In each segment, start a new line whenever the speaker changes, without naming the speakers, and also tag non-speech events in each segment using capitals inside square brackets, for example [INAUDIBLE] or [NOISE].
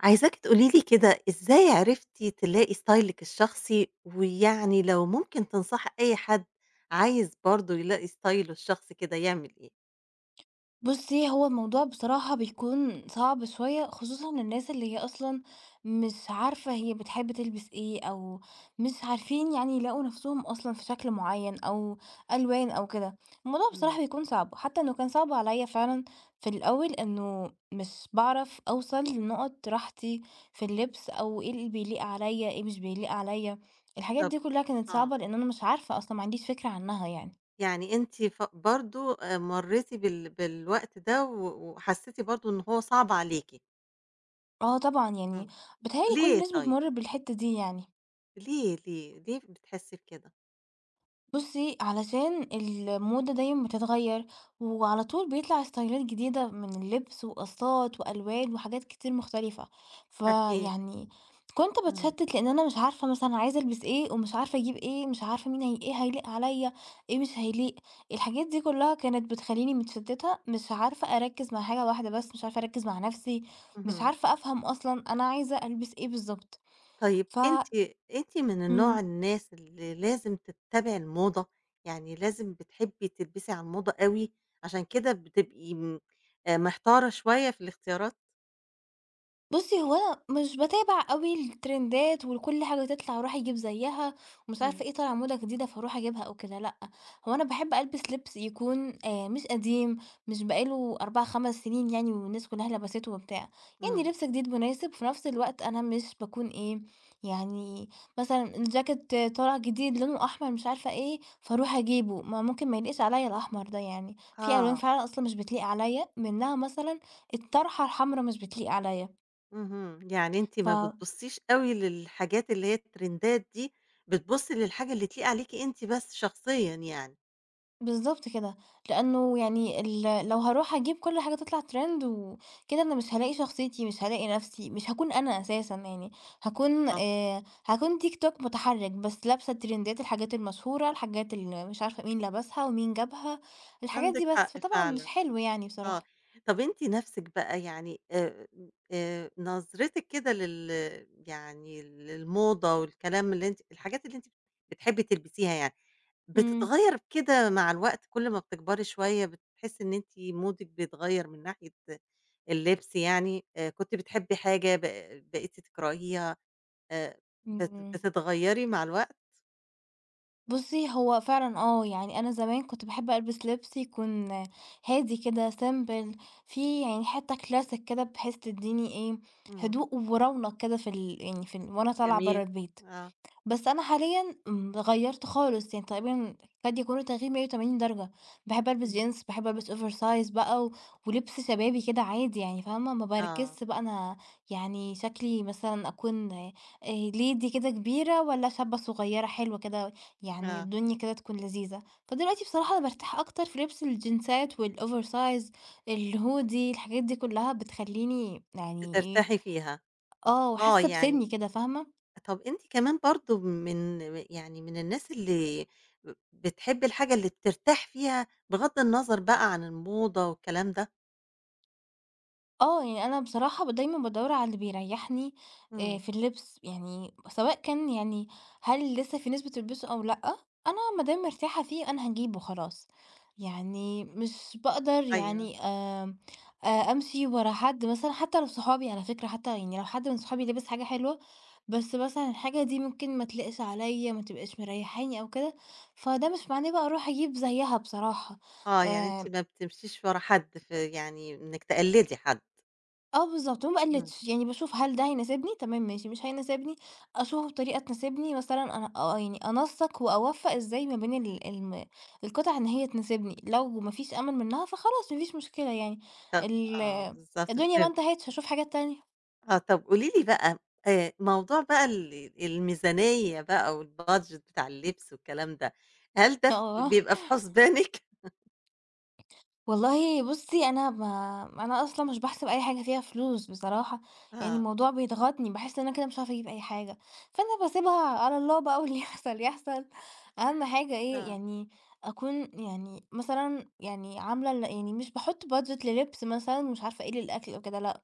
عايزاكِ تقولي لي كده إزاي عرفتِ تلاقي ستايلِك الشخصي، ويعني لو ممكن تنصحي أي حد عايز برضه يلاقي ستايله الشخصي كده يعمل إيه؟
بُصّي، هو الموضوع بصراحة بيكون صعب شوية، خصوصًا للناس اللي هي أصلًا مش عارفة هي بتحب تلبس إيه، أو مش عارفين يعني يلاقوا نَفْسهم أصلًا في شكل معيّن أو ألوان أو كده. الموضوع
إمم.
بصراحة بيكون صعب، حتى إنه كان صعب عليّا فعلًا في الأول إنه مش باعرف أوصل لنقط راحتي في اللبس، أو إيه اللي بيليق عليّا، إيه مش بيليق عليّا. الحاجات
طب
دي كُلّها كانت
آه،
صعبة لإن أنا مش عارفة أصلًا، ما عنديش فكرة عنّها يعني.
يعني أنتِ برضه مرّيتِ بالوقت ده وحسيتِ برضه إن هو صعب عليكِ،
آه طبعًا، يعني
إمم.
بيتهيأ لي كل
ليه
الناس
طيب؟
بتمُر بالحتّة دي يعني.
ليه، ليه، ليه بتحسي بكده؟
بُصّي، علشان الموضة دايمًا بتتغيّر، وعلى طول بيطلع ستايلات جديدة من اللبس وقصّات وألوان وحاجات كتير مختلفة،
أكيد.
فيعني كنت
إمم،
باتشتّت لإن أنا مش عارفة مثلًا عايزة ألبس إيه ومش عارفة أجيب إيه، مش عارفة مين هي إيه هيليق عليّا، إيه مش هيليق. الحاجات دي كُلّها كانت بتخلّيني متشتّتة، مش عارفة أركّز مع حاجة واحدة بس، مش عارفة أركّز مع نَفْسي، مش
اهم.
عارفة أفهم أصلًا أنا عايزة ألبس إيه بالضبط.
طيب
ف
أنتِ من النوع
إمم.
الناس اللي لازم تتّبعي الموضة، يعني لازم بتحبّي تلبسي على الموضة أوي، عشان كده بتبقي م محتارة شوية في الاختيارات؟
بُصّي، هو أنا مش باتابع أوي الترندات وكل حاجة تطلع أروح أجيب زيّها، ومش
إمم،
عارفة إيه طالع موضة جديدة فاروح أجيبها أو كده، لأ، هو أنا باحب ألبس لبس يكون مش قديم، مش بقى له 4، 5 سنين يعني والناس كلها لبسته وبتاع، يعني
إمم،
لبس جديد مناسب، في نفس الوقت أنا مش باكون إيه، يعني مثلًا الجاكيت طالع جديد لونه أحمر مش عارفة إيه، فاروح أجيبه، ما ممكن ما يليقش عليَّ الأحمر ده يعني، في ألوان
آه،
فعلًا أصلًا مش بتليق عليَّ، منها مثلًا الطرحة الحمرا مش بتليق عليَّ.
اهم، يعني أنتِ
ف
ما بتبُصّيش أوي للحاجات اللي هي الترندات دي، بتبُصّي للحاجة اللي تليق عليكِ أنتِ بس شخصيًا يعني،
بالضبط كده، لإنه يعني لو هاروح أجيب كل حاجة تطلع trend وكده أنا مش هالاقي شخصيتي، مش هالاقي نفسي، مش هاكون أنا أساسًا يعني، هاكون
آه،
آآ هاكون TikTok متحرِّج بس لابسة ترندات الحاجات المشهورة، الحاجات اللي مش عارفة مين لابسها ومين جابها، الحاجات
عندِك
دي بس،
حق
فطبعًا مش
فعلًا.
حلو يعني
آه،
بصراحة.
طَب أنتِ نَفْسِك بقى يعني نظرتِك كده يعني للموضة والكلام اللي أنتِ الحاجات اللي أنتِ بتحبي تلبسيها يعني،
إمم.
بتتغيّر كده مع الوقت كل ما بتكبري شوية بتحسّي إن أنتِ مودِك بيتغيّر من ناحية اللبس يعني، كنتِ بتحبي حاجة بقيتِ تكرهيها آآ، بت
إمم.
بتتغيّري مع الوقت؟
بُصّي، هو فعلًا يعني أنا زمان كنت باحب ألبس لبس يكون هادي كده simple فيه يعني حتّة classic كده بحيث تدّيني إيه،
إمم،
هدوء ورونق كده في ال يعني في ال وأنا طالعة
جميل،
برّه البيت.
آه،
بس أنا حاليًا غيّرت خالص، يعني تقريبًا قد يكون التغيير 180 درجة، باحب ألبس
إمم.
جينز، باحب ألبس oversize بقى و ولبس شبابي كده عادي يعني فاهمة، ما
آه،
باركزش بقى أنا يعني شكلي مثلًا أكون lady كده كبيرة والّا شابة صغيرة حلوة كده، يعني
آه،
الدنيا كده تكون لذيذة. فدلوقتي بصراحة أنا بارتاح أكتر في لبس الجينزات والoversize، الهودي، الحاجات دي كلها بتخلّيني يعني إيه،
بترتاحي فيها،
آه،
آه،
حاسة
يعني
بسني كده فاهمة؟
طَب أنتِ كمان برضه من الناس اللي بتحب الحاجة اللي بترتاح فيها بغض النظر بقى عن الموضة والكلام ده؟
آه، يعني أنا بصراحة دايمًا بادوّر على اللي بيريحني
إمم،
في اللبس، يعني سواء كان يعني هل لسه في ناس بتلبسه أو لأ، أنا ما دام مرتاحة فيه أنا هاجيبه خلاص، يعني مش باقدر
أيوه،
يعني أمشي ورا حد مثلًا حتى لو صحابي على فكرة، حتى يعني لو حد من صحابي لابس حاجة حلوة، بس مثلًا الحاجة دي ممكن ما تليقش عليَّ، ما تبقاش مريحاني أو كده، فده مش معناه بقى أروح أجيب زيها بصراحة،
آه، يعني أنتِ
آآ
ما بتمشيش ورا حد في يعني إنِّك تقلدي حد.
بالضبط، وما
إمم.
باقلّدش، يعني باشوف هل ده هيناسبني، تمام ماشي، مش هيناسبني أشوفه بطريقة تناسبني مثلًا أنا آه، يعني أنسّق وأوفّق إزاي ما بين ال الم القطع إن هي تناسبني، لو ما فيش أمل منها فخلاص ما فيش مشكلة يعني،
طَب
ال
بالضبط
الدنيا ما
فهمت.
انتهتش هاشوف حاجات تانية.
آه، طَب قولي لي بقى موضوع بقى الميزانية بقى والbudget بتاع اللبس والكلام ده، هل ده
[LAUGHS] آه.
بيبقى في حُسبانِك؟
والله بُصّي، أنا ما أنا أصلًا مش باحسب أي حاجة فيها فلوس بصراحة،
[LAUGHS]
يعني
آه،
الموضوع بيضغطني، باحس إن أنا كده مش هاعرف أجيب أي حاجة، فأنا باسيبها على الله بقى واللي [LAUGHS] يحصل يحصل، أهم حاجة إيه،
آه،
يعني أكون يعني مثلًا يعني عاملة يعني مش باحط budget للبس مثلًا ومش عارفة إيه، للأكل أو كده لأ،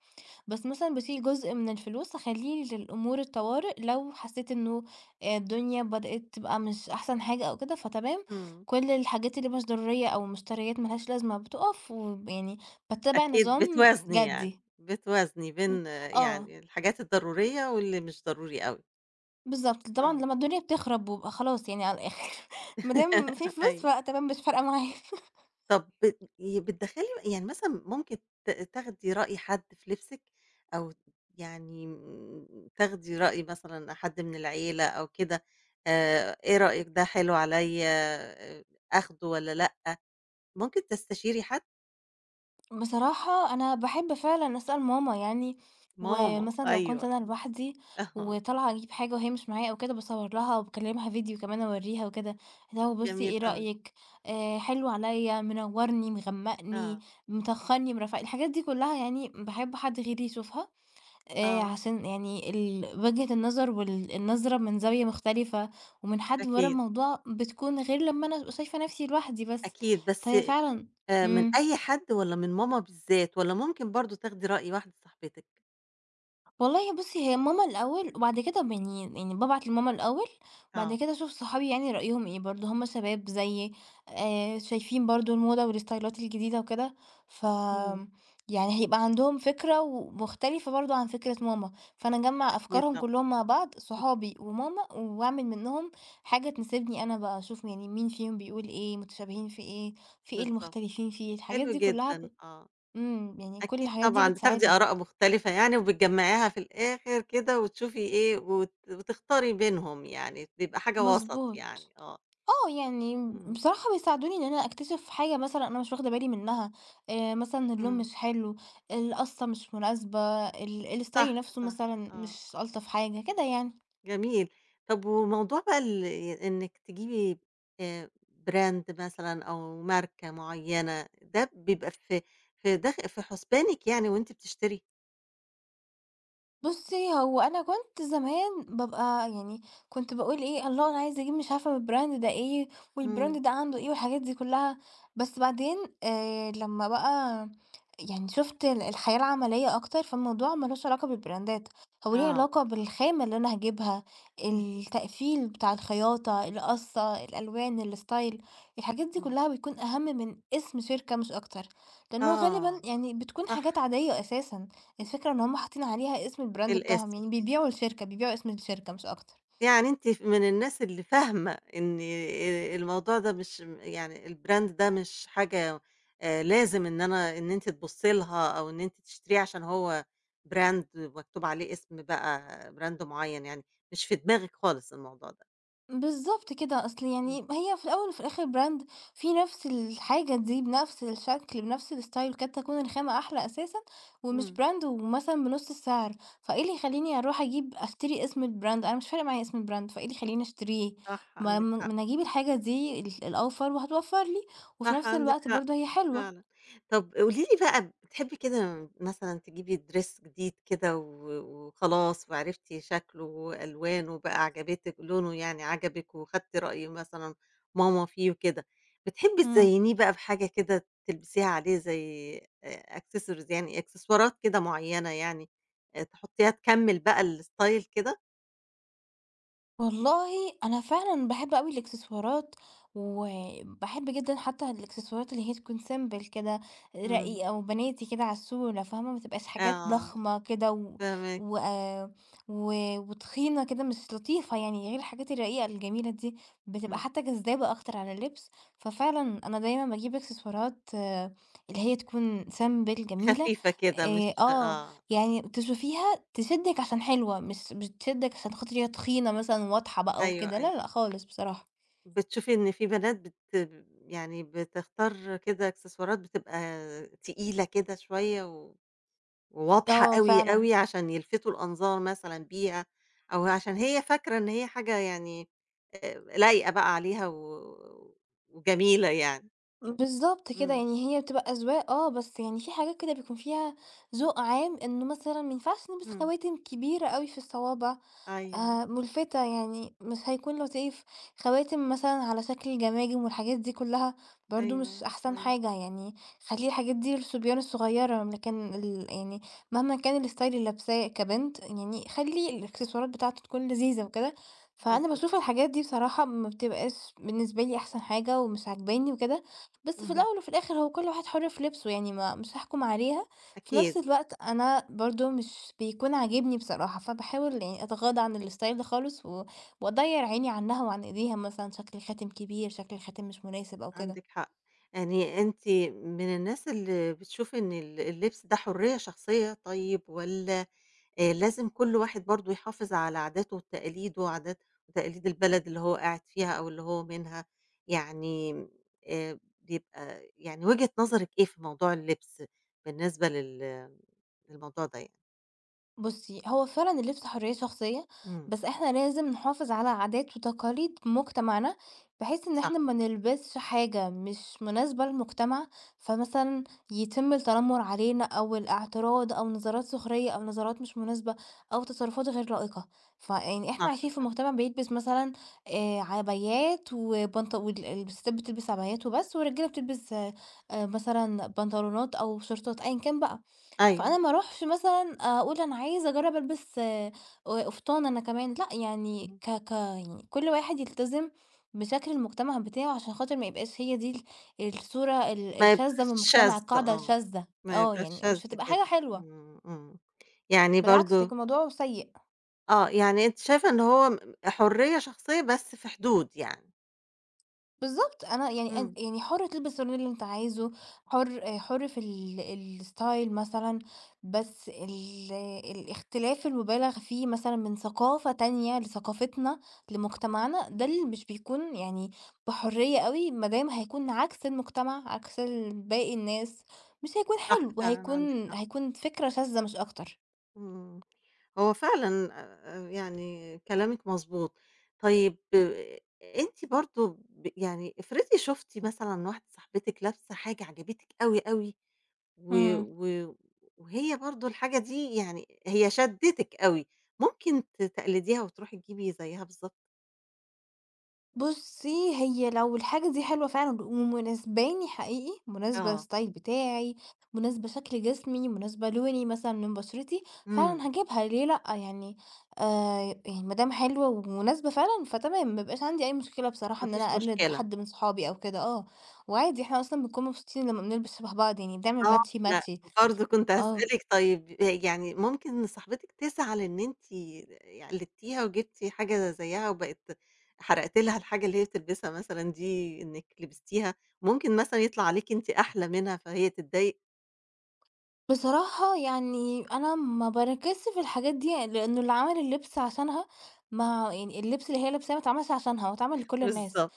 بس مثلًا باشيل جزء من الفلوس أخلّيه للأمور الطوارئ لو حسيت إنه الدنيا بدأت تبقى مش أحسن حاجة أو كده فتمام،
إمم.
كل الحاجات اللي مش ضرورية أو مشتريات ما لهاش لازمة بتُقف، يعني باتّبع
أكيد
نظام
بتوازني يعني،
جدي.
بتوازني بين
آه،
يعني الحاجات الضرورية واللي مش ضروري أوي.
بالضبط. طبعًا
آه.
لمّا الدنيا بتخرب وابقى خلاص يعني على الآخر، [LAUGHS] ما دام في
[LAUGHS]
فلوس
أيوه.
فتمام مش فارقة معايا.
طب بت ي بتدخّلي يعني مثلًا ممكن تاخدي رأي حد في لبسِك أو يعني تاخدي رأي مثلًا حد من العيلة أو كده، إيه رأيِك ده حلو عليّا آآ آخده والّا لأ؟ ممكن تستشيري حد؟
بصراحة أنا باحب فعلًا أسأل ماما يعني،
ماما،
ومثلًا لو
أيوه.
كنت أنا لوحدي
[LAUGHS] أها.
وطالعة أجيب حاجة وهي مش معايا أو كده باصور لها وباكلمها فيديو كمان أوريها وكده، اللي هو بُصي
جميل
إيه
أوي.
رأيِك، حلو عليَّ، منورني، مغمقني،
آه.
مطخني، مرفّقني، الحاجات دي كلها يعني باحب حد غيري يشوفها،
آه،
عشان يعني وجهة النظر وال النظرة من زاوية مختلفة ومن حد ورا
أكيد،
الموضوع بتكون غير لما أنا أبقى شايفة نفسي لوحدي بس،
أكيد بس
فهي فعلًا
من
إمم.
أي حد والّا من ماما بالذات، والّا ممكن برضه تاخدي رأي واحدة صاحبتِك؟
والله بُصّي، هي ماما الأول وبعد كده ب يعني يعني بابعت لماما الأول، وبعد
آه،
كده أشوف صحابي يعني رأيهم إيه، برضه هم شباب زيي شايفين برضه الموضة والستايلات الجديدة وكده، ف
إمم،
يعني هيبقى عندهم فكرة ومختلفة برضه عن فكرة ماما، فأنا أجمّع
أكيد
أفكارهم
طبعًا،
كلّهم مع بعض،
[LAUGHS]
صحابي وماما، وأعمل منّهم حاجة تناسبني أنا بقى، أشوف يعني مين فيهم بيقول إيه، متشابهين في إيه، في إيه
بالضبط،
المختلفين فيه، الحاجات
حلو
دي كلّها
جدًا،
ب
آه،
إمم، يعني كل
أكيد
الحاجات دي
طبعًا بتاخدي
بتساعدني.
آراء مختلفة يعني وبتجمّعيها في الآخر كده وتشوفي إيه، وتختاري بينهم يعني، بيبقى حاجة وسط
مضبوط.
يعني، آه،
آه، يعني
إمم،
بصراحة بيساعدوني إن أنا أكتشف حاجة مثلًا أنا مش واخدة بالي منها، مثلًا اللون
إمم،
مش حلو، القصة مش مناسبة، ال الstyle
صح،
نفسه
صح،
مثلًا
آه.
مش ألطف حاجة، كده يعني.
جميل. طب وموضوع بقى إنِّك تجيبي آآ brand مثلًا أو ماركة معيّنة، ده بيبقى في حُسبانِك يعني وأنتِ بتشتري؟
بُصّي، هو أنا كنت زمان بابقى يعني كنت باقول إيه، الله أنا عايزة أجيب مش عارفة الbrand ده إيه، والbrand
إمم،
ده عنده إيه، والحاجات دي كلّها، بس بعدين لمّا بقى يعني شُفت الحياة العملية أكتر، فالموضوع ما لوش علاقة بالبراندات، هو ليه
آه.
علاقة بالخامة اللي أنا هاجيبها،
إمم،
التقفيل بتاع الخياطة، القصّة، الألوان، الstyle، الحاجات دي
إمم.
كلّها بتكون أهم من اسم شركة مش أكتر، لإنه
آه،
غالبًا يعني بتكون
صح،
حاجات عادية أساسًا. الفكرة إن هُم حاطين عليها اسم الbrand بتاعهم،
الاسم.
يعني بيبيعوا الشركة، بيبيعوا اسم الشركة مش أكتر.
يعني أنتِ من الناس اللي فاهمة إن الموضوع ده مش م يعني الbrand ده مش حاجة لازم إن أنتِ تبُصّي لها أو إن أنتِ تشتريه عشان هو brand مكتوب عليه اسم بقى brand معيّن يعني، مش في دماغِك خالص الموضوع ده.
بالضبط كده، أصل
إمم،
يعني هي في الأول وفي الآخر brand في نفس الحاجة دي بنفس الشكل، بنفس الstyle، قد تكون الخامة أحلى أساسًا ومش
إمم،
brand ومثلًا بنُص السعر، فإيه اللي يخلّيني أروح أجيب أشتري اسم الbrand؟ أنا مش فارق معايا اسم الbrand، فإيه اللي يخلّيني أشتريه؟
صح
ما
عندِك
ما ما
حق.
أنا أجيب الحاجة دي الأوفر وهتوفر لي، وفي
صح
نفس
عندِك
الوقت
حق
برضه هي حلوة.
فعلًا. طب قولي لي بقى بتحبي كده مثلًا تجيبي dress جديد كده وخلاص وعرفتِ شكله وألوانه بقى عجبتِك لونه يعني عجبِك وخدتِ رأي مثلًا ماما فيه وكده، بتحبي
إمم.
تزيّنيه بقى بحاجة كده تلبسيها عليه زي accessories يعني إكسسوارات كده معيّنة يعني تحطيها تكمّل بقى الstyle كده؟
والله أنا فعلًا باحب أوي الإكسسوارات، وباحب جدًا حتى الإكسسوارات اللي هي تكون simple كده،
إمم.
رقيقة وبناتي كده على الصورة فاهمة، ما تبقاش حاجات
آه،
ضخمة كده و
فاهماكِ.
و آه و وتخينة كده مش لطيفة يعني، غير الحاجات الرقيقة الجميلة دي، بتبقى
إمم.
حتى جذابة أكتر على اللبس، ففعلًا أنا دايمًا باجيب إكسسوارات اللي هي تكون simple جميلة
خفيفة كده مش
آآ، آه
آه.
يعني تشوفيها تشدِّك عشان حلوة، مش مش تشدِّك عشان خاطر هي تخينة مثلًا واضحة بقى
أيوه،
وكده،
أيوه.
لا، لأ خالص بصراحة.
بتشوفي إن في بنات يعني بتختار كده إكسسوارات بتبقى تقيلة كده شوية وواضحة
آه
أوي،
فعلًا،
أوي عشان يلفتوا الأنظار مثلًا بيها، أو عشان هي فاكرة إن هي حاجة يعني لايقة بقى عليها وجميلة يعني.
بالضبط كده،
إمم،
يعني هي بتبقى أذواق بس يعني في حاجات كده بيكون فيها ذوق عام إنه مثلًا ما ينفعش نلبس
إمم،
خواتم كبيرة أوي في الصوابع،
أيوه،
مُلفتة، يعني مش هيكون لطيف، خواتم مثلًا على شكل جماجم والحاجات دي كلّها برضه مش
أيوه،
أحسن
أيوه،
حاجة، يعني خلّي الحاجات دي للصبيان الصغيرة، لكن يعني مهما كان الstyle اللي لابساه كبنت، يعني خلّي الإكسسوارات بتاعته تكون لذيذة وكده، فأنا
بالضبط،
باشوف الحاجات دي بصراحة ما بتبقاش بالنسبة لي أحسن حاجة ومش عاجباني وكده، بس في
اهم،
الأول وفي الآخر هو كل واحد حُر في لبسه، يعني ما مش هاحكم عليها في
أكيد.
نفس الوقت أنا برضه مش بيكون عاجبني بصراحة، فباحاول يعني أتغاضى عن الstyle ده خالص و وأضيّر عيني عنها وعن إيديها مثلًا شكل خاتم كبير، شكل خاتم مش مناسب أو
عندِك
كده.
حق. يعني أنتِ من الناس اللي بتشوف إن اللبس ده حرية شخصية طيب والّا لازم كل واحد برضه يحافظ على عاداته وتقاليده وعادات وتقاليد البلد اللي هو قاعد فيها أو اللي هو منها؟ يعني بيبقى يعني وجهة نظرِك إيه في موضوع اللبس بالنسبة للموضوع ده يعني؟
بُصّي، هو فعلًا اللبس حرية شخصية،
إمم.
بس إحنا لازم نحافظ على عادات وتقاليد مجتمعنا، بحيث إن
صح،
إحنا ما نلبسش حاجة مش مناسبة للمجتمع، فمثلًا يتم التنمر علينا أو الاعتراض أو نظرات سخرية أو نظرات مش مناسبة أو تصرفات غير لائقة. فيعني إحنا
صح
عايشين في
فعلًا.
مجتمع بيلبس مثلًا عبايات وبنط وال الستات بتلبس عبايات وبس والرجالة بتلبس مثلًا بنطلونات أو شورتات أيًا كان بقى.
أيوه.
فأنا ما أروحش مثلًا أقول أنا عايزة أجرّب ألبس قفطان أنا كمان، لأ يعني
اهم.
ك ك يعني كل واحد يلتزم بشكل المجتمع بتاعه عشان خاطر ما يبقاش هي دي الصورة
ما
الشاذة من
يبقاش
المجتمع،
شاذ
القاعدة
آه،
الشاذة،
ما يبقاش
يعني
شاذ
مش هتبقى
كده،
حاجة حلوة،
إمم، إمم، يعني
بالعكس
برضه
هيكون الموضوع سيء.
يعني أنتِ شايفة إن هو حرية شخصية بس في حدود يعني،
بالضبط، أنا يعني أن
إمم،
يعني حُر تلبس اللون اللي أنت عايزه، حُر في ال الstyle مثلًا، بس ال الاختلاف المُبالغ فيه مثلًا من ثقافة تانية لثقافتنا، لمجتمعنا، ده اللي مش بيكون يعني بحُرية أوي، ما دام هيكون عكس المجتمع، عكس باقي الناس، مش هيكون
صح
حلو،
فعلًا عندِك
وهيكون
حق.
هيكون فكرة شاذة مش أكتر.
إمم. هو فعلًا يعني كلامِك مضبوط. طيب أنتِ برضه يعني افرضي شُفتِ مثلًا واحدة صاحبتِك لابسة حاجة عجبتِك أوي، أوي و
إمم.
و وهي برضه الحاجة دي يعني هي شدِّتِك أوي، ممكن تقلديها وتروحي تجيبي زيها بالضبط؟
بُصّي، هي لو الحاجة دي حلوة فعلًا ومناسباني حقيقي، مناسبة
آه.
الstyle بتاعي، مناسبة شكل جسمي، مناسبة لوني مثلًا من بشرتي،
إمم،
فعلًا هاجيبها ليه لأ، يعني يعني ما دام حلوة ومناسبة فعلًا فتمام، ما بيبقاش عندي أي مشكلة
ما
بصراحة إن أنا
فيش
أقلد
مشكلة.
حد من صحابي أو كده، آه، وعادي إحنا أصلًا بنكون مبسوطين لمّا بنلبس شبه بعض يعني
آه،
بنعمل matchي،
أنا
matchي،
برضه كنت
آه.
هاسألِك طيب يعني ممكن صاحبتِك تزعل إن أنتِ قلدتيها وجبتِ حاجة زيها وبقت حرقتِ لها الحاجة اللي هي بتلبسها مثلًا دي إنِك لبستيها، ممكن مثلًا يطلع عليكِ أنتِ أحلى منها فهي تتضايق؟
بصراحة يعني أنا ما باركزش في الحاجات دي، لإنه اللي عمل اللبس عشانها ما يعني اللبس اللي هي لابساه ما اتعملش عشانها، هو اتعمل
[LAUGHS]
لكل الناس،
بالضبط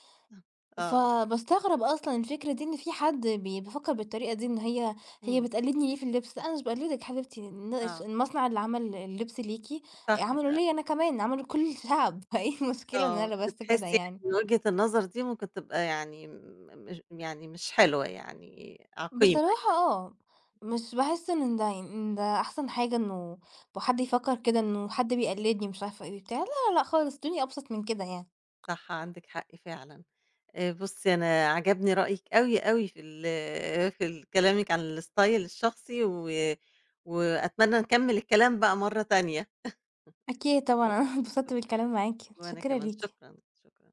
آه،
فباستغرب أصلًا الفكرة دي إن في حد بيفكر بالطريقة دي، إن هي
إمم،
بتقلدني ليه في اللبس، لأ أنا مش باقلدِك يا حبيبتي،
آه،
المصنع اللي عمل اللبس ليكِ
صح
عمله
فعلًا.
ليّا أنا كمان، عمله لكل الشعب، [LAUGHS] فإيه المشكلة إن
آه،
أنا لبست كده
بتحسي
يعني؟
إن وجهة النظر دي ممكن تبقى يعني مش يعني مش حلوة يعني عقيمة،
بصراحة آه، مش باحس إن ده يعني إن ده أحسن حاجة إنه حد يفكّر كده إنه حد بيقلدني مش عارفة إيه وبتاع، لا، لا، لأ خالص، الدنيا أبسط من كده يعني.
صح عندِك حق فعلًا. بُصّي، أنا عجبني رأيِك أوي، أوي في [LAUGHS] في ال كلامِك عن الstyle الشخصي وأتمنى نكمّل الكلام بقى مرّة تانية،
أكيد طبعًا
و
[LAUGHS] أنا اتبسطت بالكلام معاك،
وأنا
متشكرة
كمان
ليكِ.
شكرًا، شكرًا.